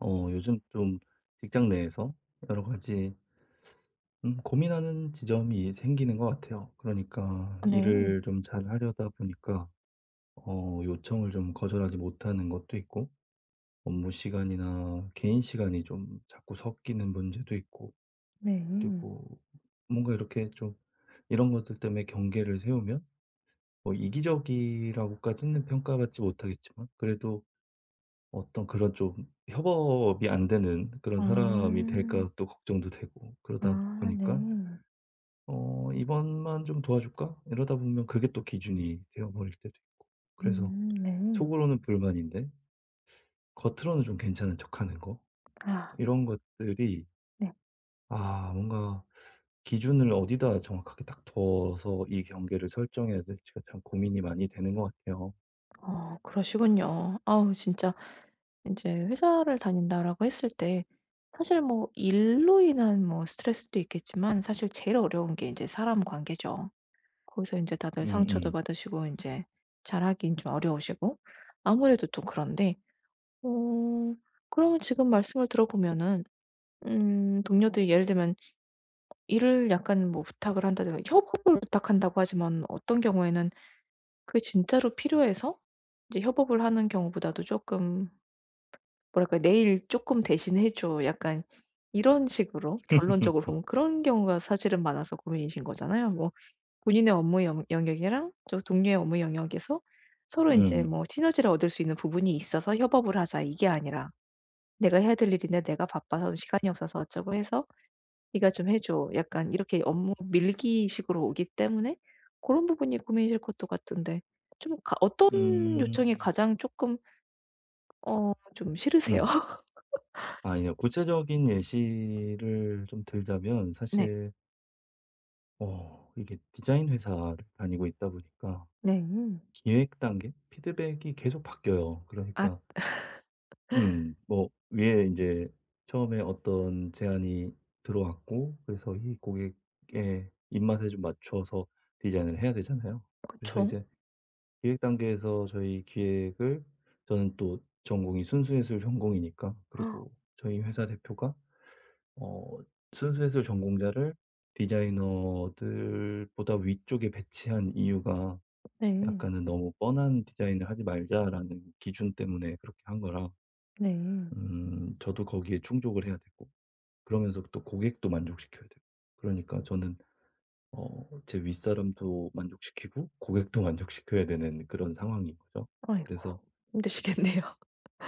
요즘 좀 직장 내에서 여러 가지 고민하는 지점이 생기는 것 같아요. 그러니까 네. 일을 좀 잘 하려다 보니까 요청을 좀 거절하지 못하는 것도 있고 업무 시간이나 개인 시간이 좀 자꾸 섞이는 문제도 있고 네. 그리고 뭔가 이렇게 좀 이런 것들 때문에 경계를 세우면 뭐 이기적이라고까지는 평가받지 못하겠지만 그래도 어떤 그런 좀 협업이 안 되는 그런 아. 사람이 될까 또 걱정도 되고 그러다 아 네. 보니까 '어 이번만 좀 도와줄까?' 이러다 보면 그게 또 기준이 되어 버릴 때도 있고 그래서 네. 속으로는 불만인데 겉으로는 좀 괜찮은 척하는 거 아 이런 것들이 네. 뭔가 기준을 어디다 정확하게 딱 둬서 이 경계를 설정해야 될지가 참 고민이 많이 되는 것 같아요. 어 그러시군요. 아우 진짜 인제 "회사를 다닌다."라고 했을 때 사실 뭐 일로 인한 뭐 스트레스도 있겠지만 사실 제일 어려운 게 인제 사람 관계죠. 거기서 인제 다들 음음. 상처도 음. 받으시고 인제 잘하긴 좀 어려우시고 아무래도 또 그런데 어 그러면 지금 말씀을 들어보면은 동료들이 예를 들면 일을 약간 뭐 부탁을 한다든가 협업을 부탁한다고 하지만 어떤 경우에는 그게 진짜로 필요해서 이제 협업을 하는 경우보다도 쪼끔 뭐랄까 '내일 쪼끔 대신해 줘.' 약간 이런 식으로 결론적으로 보면 그런 경우가 사실은 많아서 고민이신 거잖아요. 뭐 본인의 업무 영 영역이랑 저 동료의 업무 영역에서 서로 인제 음. 뭐 시너지를 얻을 수 있는 부분이 있어서 협업을 하자 이게 아니라 '내가 해야 될 일인데 내가 바빠서 시간이 없어서 어쩌고.' 해서 "네가 좀 해 줘." 약간 이렇게 업무 밀기식으로 오기 때문에 고런 부분이 고민이실 것도 같은데 좀 가 어떤 음. 요청이 가장 쪼끔 어 좀 싫으세요? 음. 아 아니요. 구체적인 예시를 좀 들자면 네. 사실 이게 디자인 회사를 다니고 있다 보니까 네. 기획 단계 피드백이 계속 바뀌어요. 아 그러니까 뭐 위에 이제 처음에 어떤 제안이 들어왔고 그래서 이 고객의 입맛에 좀 맞춰서 디자인을 해야 되잖아요. 그래서 그쵸. 이제 기획 단계에서 저희 기획을 저는 또 전공이 순수예술 전공이니까 그리고 저희 회사 대표가 어 순수예술 전공자를 디자이너들보다 위쪽에 배치한 이유가 네. 약간은 '너무 뻔한 디자인을 하지 말자.'라는 기준 때문에 그렇게 한 거라 네. 저도 거기에 충족을 해야 되고 그러면서 또 고객도 만족시켜야 되고 그러니까 저는 제 윗사람도 만족시키고 고객도 만족시켜야 되는 그런 상황인 거죠. 아이고 그래서 힘드시겠네요.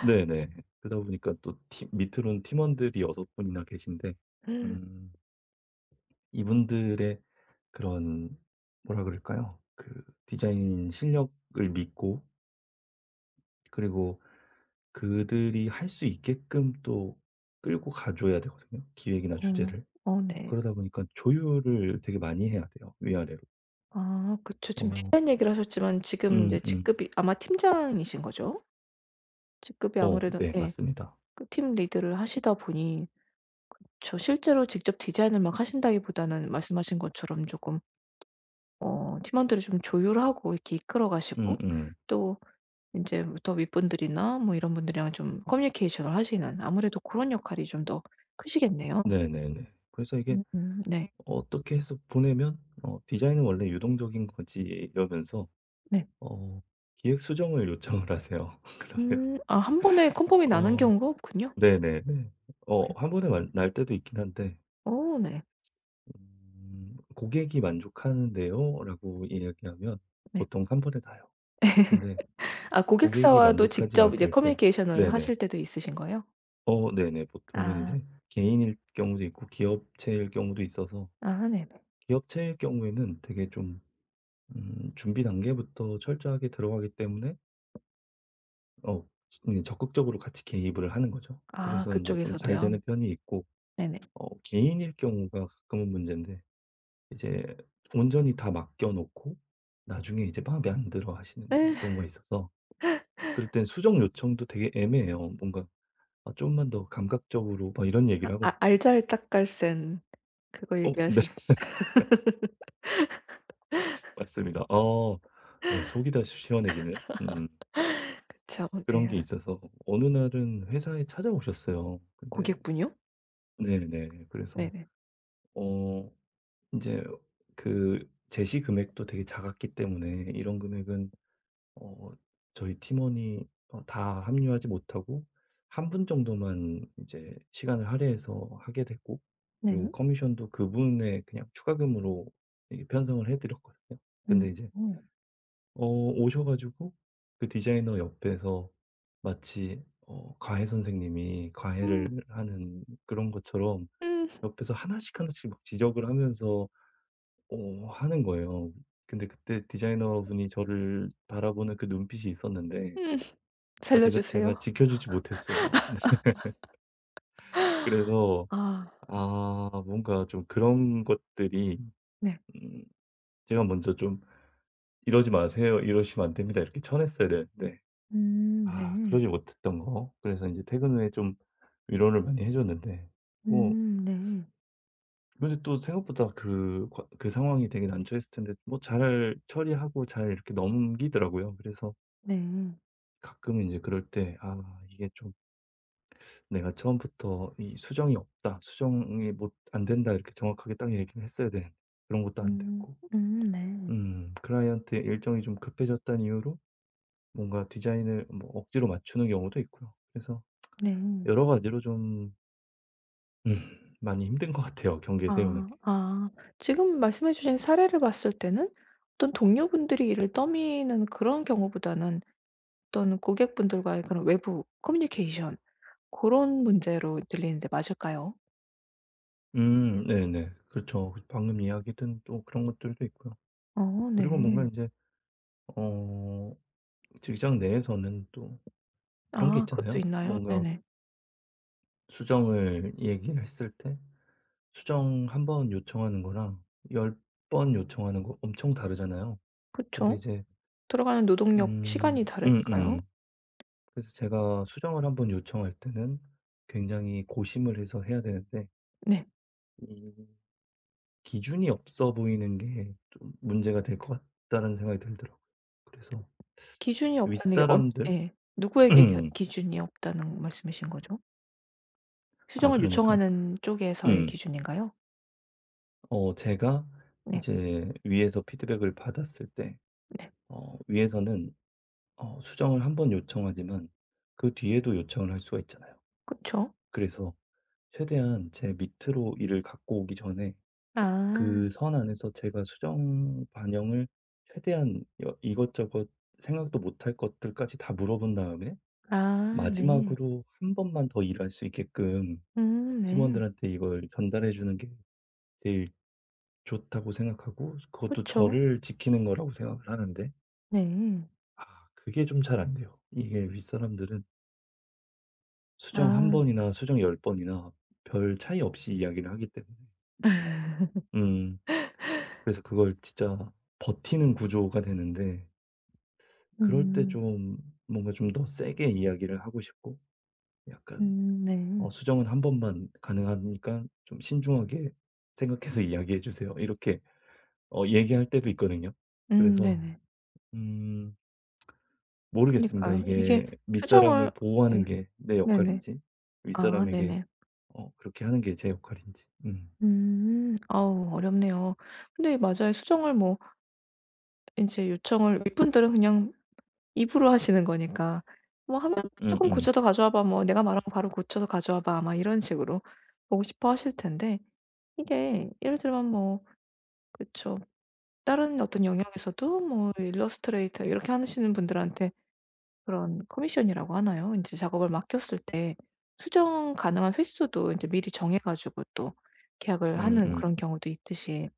네네. 그러다 보니까 또 팀 밑으로는 팀원들이 여섯 분이나 계신데 음 이분들의 그런 뭐라 그럴까요? 그 디자인 실력을 믿고 그리고 그들이 할 수 있게끔 또 끌고 가 줘야 되거든요, 기획이나 어. 주제를. 어 네. 네. 그러다 보니까 조율을 되게 많이 해야 돼요, 위아래로. 아 그쵸. 지금 어 디자인 얘기를 하셨지만 지금 인제 음음. 직급이 아마 팀장이신 거죠? 직급이 어 아무래도 네 예. 맞습니다. 그 팀 리드를 하시다 보니 저 실제로 직접 디자인을 막 하신다기보다는 말씀하신 것처럼 조금 어 팀원들을 좀 조율하고 이렇게 이끌어 가시고 음음. 또 인제 더 윗분들이나 뭐 이런 분들이랑 좀 커뮤니케이션을 하시는 아무래도 고런 역할이 좀 더 크시겠네요. 네네네. 그래서 이게 음음 네. '어떻게 해서 보내면 어 디자인은 원래 유동적인 거지.' 이러면서 네. 어 기획 수정을 요청을 하세요. 그러면 아 한 번에 컨펌이 나는 어 경우가 없군요. 네네네. 아이고. 한 번에 말 날 때도 있긴 한데 어 네. "고객이 만족하는데요."라고 이야기하면 네. 보통 한 번에 나요. 근데 아 고객이 고객사와도 만족하지 직접 이제 못할 때 커뮤니케이션을 네네. 하실 때도 있으신 거예요? 어 네네. 보통은 아. 이제 개인일 경우도 있고 기업체일 경우도 있어서 아 네네. 기업체일 경우에는 되게 좀 준비 단계부터 철저하게 들어가기 때문에 어 이 적극적으로 같이 개입을 하는 거죠. 아 그래서 이제 좀 잘 그쪽에서도요? 되는 편이 있고 네네. 개인일 경우가 가끔은 문제인데 이제 온전히 다 맡겨 놓고 나중에 이제 마음에 안 들어 하시는 경우가 있어서 그럴 땐 수정 요청도 되게 애매해요. 뭔가 "아 좀만 더 감각적으로." 막 이런 얘기를 아 하거든요. 알잘딱갈센 그거 어 네. 얘기하시는 맞습니다. 어 네. 속이 다 시원해지는 음 음. 저 네. 그런 게 아 있어서 어느 날은 회사에 찾아오셨어요. 근데 고객분이요? 네네. 그래서 네네. 어 이제 그 제시 금액도 되게 작았기 때문에 "이런 금액은 어 저희 팀원이 다 합류하지 못하고 한 분 정도만 이제 시간을 할애해서 하게 됐고 네. 그리고 커미션도 그분의 그냥 추가금으로 이 편성을 해 드렸거든요. 음. 근데 이제 어. 어 오셔 가지고 그 디자이너 옆에서 마치 과외 선생님이 음. 과외를 하는 그런 것처럼 음. 옆에서 하나씩 하나씩 막 지적을 하면서 하는 거예요. 근데 그때 디자이너분이 저를 바라보는 그 눈빛이 있었는데 음. 아 살려 제가 주세요. 지켜주지 못했어요. 그래서 아 뭔가 좀 그런 것들이 네. 음 제가 먼저 좀 "이러지 마세요. 이러시면 안 됩니다." 이렇게 쳐냈어야 되는데 아 네. 그러지 못했던 거 그래서 이제 퇴근 후에 좀 위로를 많이 해 줬는데 뭐 네. 근데 또 생각보다 그 과 그 상황이 되게 난처했을 텐데 뭐 잘 처리하고 잘 이렇게 넘기더라고요. 그래서 네. 가끔 이제 그럴 때 '아 이게 좀' 내가 처음부터 이 수정이 없다. 수정이 못 안 된다. 이렇게 정확하게 딱 얘기를 했어야 되는데 그런 것도 안 음. 됐고. 네. 클라이언트의 일정이 좀 급해졌다는 이유로 뭔가 디자인을 뭐 억지로 맞추는 경우도 있고요. 그래서 네. 여러 가지로 좀 많이 힘든 것 같아요, 경계 세우는 아 게. 아. 지금 말씀해 주신 사례를 봤을 때는 어떤 동료분들이 이를 떠미는 그런 경우보다는 어떤 고객분들과의 그런 외부 커뮤니케이션 고런 문제로 들리는데 맞을까요? 네네. 그렇죠. 방금 이야기든 또 그런 것들도 있고요. 어 그리고 뭔가 네. 이제 어 직장 내에서는 또 그런 게 아 그것도 있잖아요. 있나요? 뭔가 네네. 수정을 얘기를 했을 때 수정 한 번 요청하는 거랑 열 번 요청하는 거 엄청 다르잖아요. 근데 그쵸. 이제 들어가는 노동력 시간이 다르니까요. 음음. 그래서 제가 수정을 한 번 요청할 때는 굉장히 고심을 해서 해야 되는데 네. 이 기준이 없어 보이는 게 좀 문제가 될 것 같다는 생각이 들더라고요. 그래서 기준이 없다는 게 언 윗사람들 예. 누구에게 겨 기준이 없다는 말씀이신 거죠? 아 수정을 그러니까 요청하는 쪽에서의 음 기준인가요? 제가 네. 이제 위에서 피드백을 받았을 때 네. 위에서는 수정을 한 번 요청하지만 그 뒤에도 요청을 할 수가 있잖아요. 그쵸. 그래서 최대한 제 밑으로 일을 갖고 오기 전에 그 아. 선 안에서 제가 수정 반영을 최대한 여 이것저것 생각도 못할 것들까지 다 물어본 다음에 아 네. 마지막으로 한 번만 더 일할 수 있게끔 네. 팀원들한테 이걸 전달해 주는 게 제일 좋다고 생각하고 그것도 그쵸. 저를 지키는 거라고 생각을 하는데 네. 아 그게 좀 잘 안 돼요. 이게 윗사람들은 수정 한 아. 번이나 수정 열 번이나 별 차이 없이 이야기를 하기 때문에. 음. 그래서 그걸 진짜 버티는 구조가 되는데 그럴 때 음. 좀 뭔가 좀 더 세게 이야기를 하고 싶고 약간 "어 네. 수정은 한 번만 가능하니까 좀 신중하게 생각해서 이야기해 주세요." 이렇게 얘기할 때도 있거든요. 그래서 네네. 음 모르겠습니다. 그니까요. 이게 이게 수정을 윗사람을 예. 보호하는 게 내 네네. 역할인지 아 윗사람에게 네네. 그렇게 하는 게 제 역할인지. 음. 음. 아우 어렵네요. 근데 맞아요. 수정을 뭐 이제 요청을 윗분들은 그냥 입으로 하시는 거니까 뭐 하면 조금 음음. 고쳐서 가져와 봐." 뭐 "내가 말한 거 바로 고쳐서 가져와 봐." 아마 이런 식으로 보고 싶어 하실 텐데 이게 예를 들면 뭐 그쵸. 다른 어떤 영역에서도 뭐 일러스트레이터 이렇게 하시는 분들한테 그런 커미션이라고 하나요? 이제 작업을 맡겼을 때 수정 가능한 횟수도 이제 미리 정해 가지고 또 계약을 하는 음음. 그런 경우도 있듯이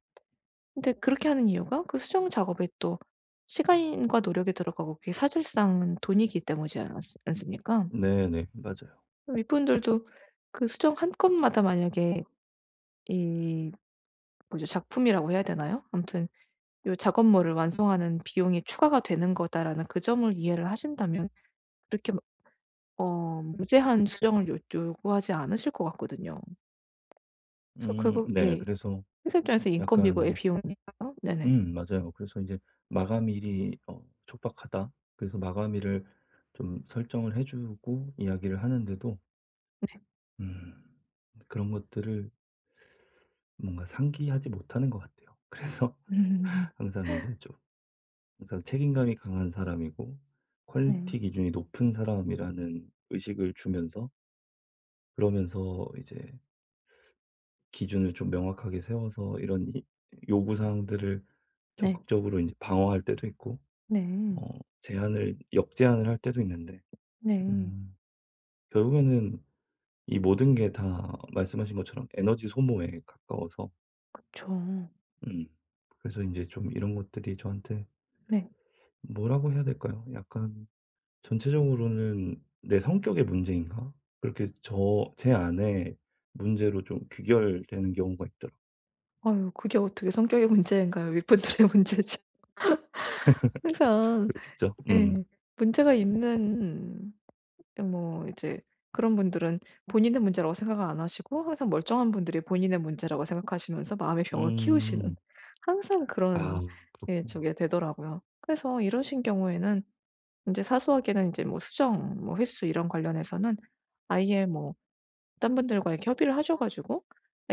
근데 그렇게 하는 이유가 그 수정 작업에 또 시간과 노력이 들어가고 그게 사실상 돈이기 때문이지 않았 않습니까? 네네. 맞아요. 윗분들도 그 수정 한 건마다 만약에 이 뭐죠 작품이라고 해야 되나요? 아무튼 요 작업물을 완성하는 비용이 추가가 되는 거다라는 그 점을 이해를 하신다면 그렇게 어 무제한 수정을 요 요구하지 않으실 것 같거든요. 그래서 결국 네. 예. 그래서 회사 입장에서 인건비고 의 약간 비용이니까요. 네네. 맞아요. 그래서 이제 마감일이 촉박하다. 그래서 마감일을 좀 설정을 해 주고 이야기를 하는데도 음 그런 것들을 뭔가 상기하지 못하는 것 같아요. 그래서 네. 항상 이제 좀 항상 책임감이 강한 사람이고 퀄리티 네. 기준이 높은 사람이라는 의식을 주면서 그러면서 이제 기준을 좀 명확하게 세워서 이런 이 요구 사항들을 네. 적극적으로 이제 방어할 때도 있고 어 네. 제한을 역제한을 할 때도 있는데 네. 음 결국에는 이 모든 게 다 말씀하신 것처럼 에너지 소모에 가까워서 그쵸. 음 그래서 이제 좀 이런 것들이 저한테 네. 뭐라고 해야 될까요? 약간 전체적으로는 '내 성격의 문제인가?' 그렇게 저 제 안에 문제로 좀 귀결되는 경우가 있더라고요. 아유 그게 어떻게 성격의 문제인가요? 윗분들의 문제지. 항상 그렇겠죠? 음. 예. 문제가 있는 뭐 이제 그런 분들은 본인의 문제라고 생각을 안 하시고 항상 멀쩡한 분들이 본인의 문제라고 생각하시면서 마음의 병을 키우시는 음. 항상 아 그런 예 그렇군요. 저게 되더라고요. 그래서 이러신 경우에는 인제 사소하게는 인제 뭐 수정 뭐 횟수 이런 관련해서는 아예 뭐 딴 분들과 이렇게 협의를 하셔 가지고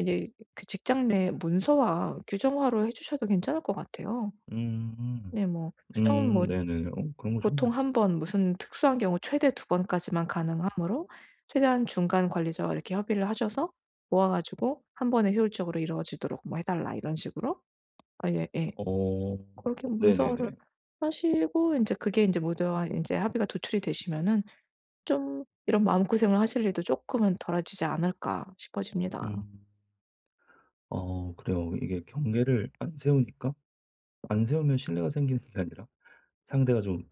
이제 그 직장 내 문서화, 규정화로 해 주셔도 괜찮을 것 같아요. 음. 네 뭐 수정은 뭐 네네네. 어 그런 거 보통 좋네요. 한 번 무슨 특수한 경우 최대 두 번까지만 가능하므로 최대한 중간 관리자와 이렇게 협의를 하셔서 모아 가지고 한 번에 효율적으로 이루어지도록 뭐 해 달라 이런 식으로 아 예 예. 어 그렇게 문서화를 네네네. 하시고 이제 그게 이제 모두와 이제 합의가 도출이 되시면은 좀 이런 마음고생을 하실 일도 조금은 덜어지지 않을까 싶어집니다. 음. 어 그래요. 이게 경계를 안 세우니까 안 세우면 신뢰가 생기는 게 아니라 상대가 좀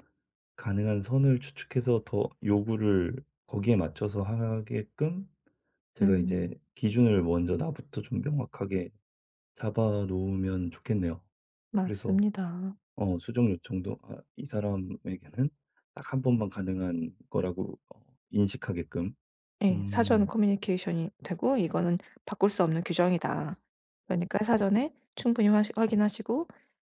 가능한 선을 추측해서 더 요구를 거기에 맞춰서 하게끔 제가 이제 음. 기준을 먼저 나부터 좀 명확하게 잡아 놓으면 좋겠네요. 그래서 맞습니다. 수정 요청도 아 이 사람에게는 딱 한 번만 가능한 거라고 인식하게끔. 예. 사전 음. 커뮤니케이션이 되고 이거는 바꿀 수 없는 규정이다. 그러니까 사전에 충분히 화시 확인하시고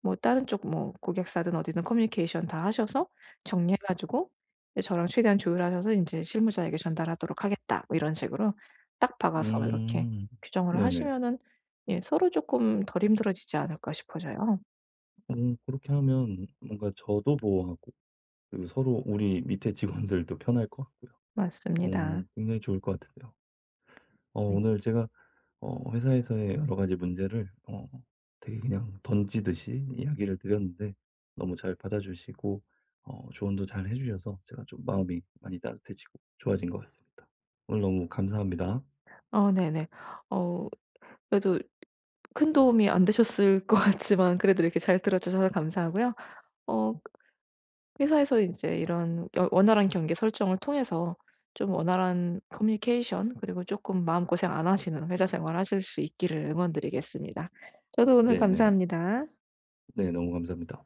뭐 다른 쪽 뭐 고객사든 어디든 커뮤니케이션 다 하셔서 정리해 가지고 이제 저랑 최대한 조율하셔서 이제 "실무자에게 전달하도록 하겠다." 뭐 이런 식으로 딱 박아서 이렇게 음. 규정을 네네. 하시면은 예 서로 조금 덜 힘들어지지 않을까 싶어져요. 어 그렇게 하면 뭔가 저도 보호하고 그리고 서로 우리 밑에 직원들도 편할 것 같고요. 맞습니다. 어 굉장히 좋을 것 같은데요. 네. 오늘 제가 회사에서의 여러 가지 문제를 되게 그냥 던지듯이 이야기를 드렸는데 너무 잘 받아주시고 조언도 잘 해 주셔서 제가 좀 마음이 많이 따뜻해지고 좋아진 것 같습니다. 오늘 너무 감사합니다. 어 네네. 어 그래도 큰 도움이 안 되셨을 것 같지만 그래도 이렇게 잘 들어 주셔서 감사하고요. 어 회사에서 이제 이런 여 원활한 경계 설정을 통해서 좀 원활한 커뮤니케이션 그리고 조금 마음고생 안 하시는 회사 생활 하실 수 있기를 응원드리겠습니다. 저도 오늘 네네. 감사합니다. 네 너무 감사합니다.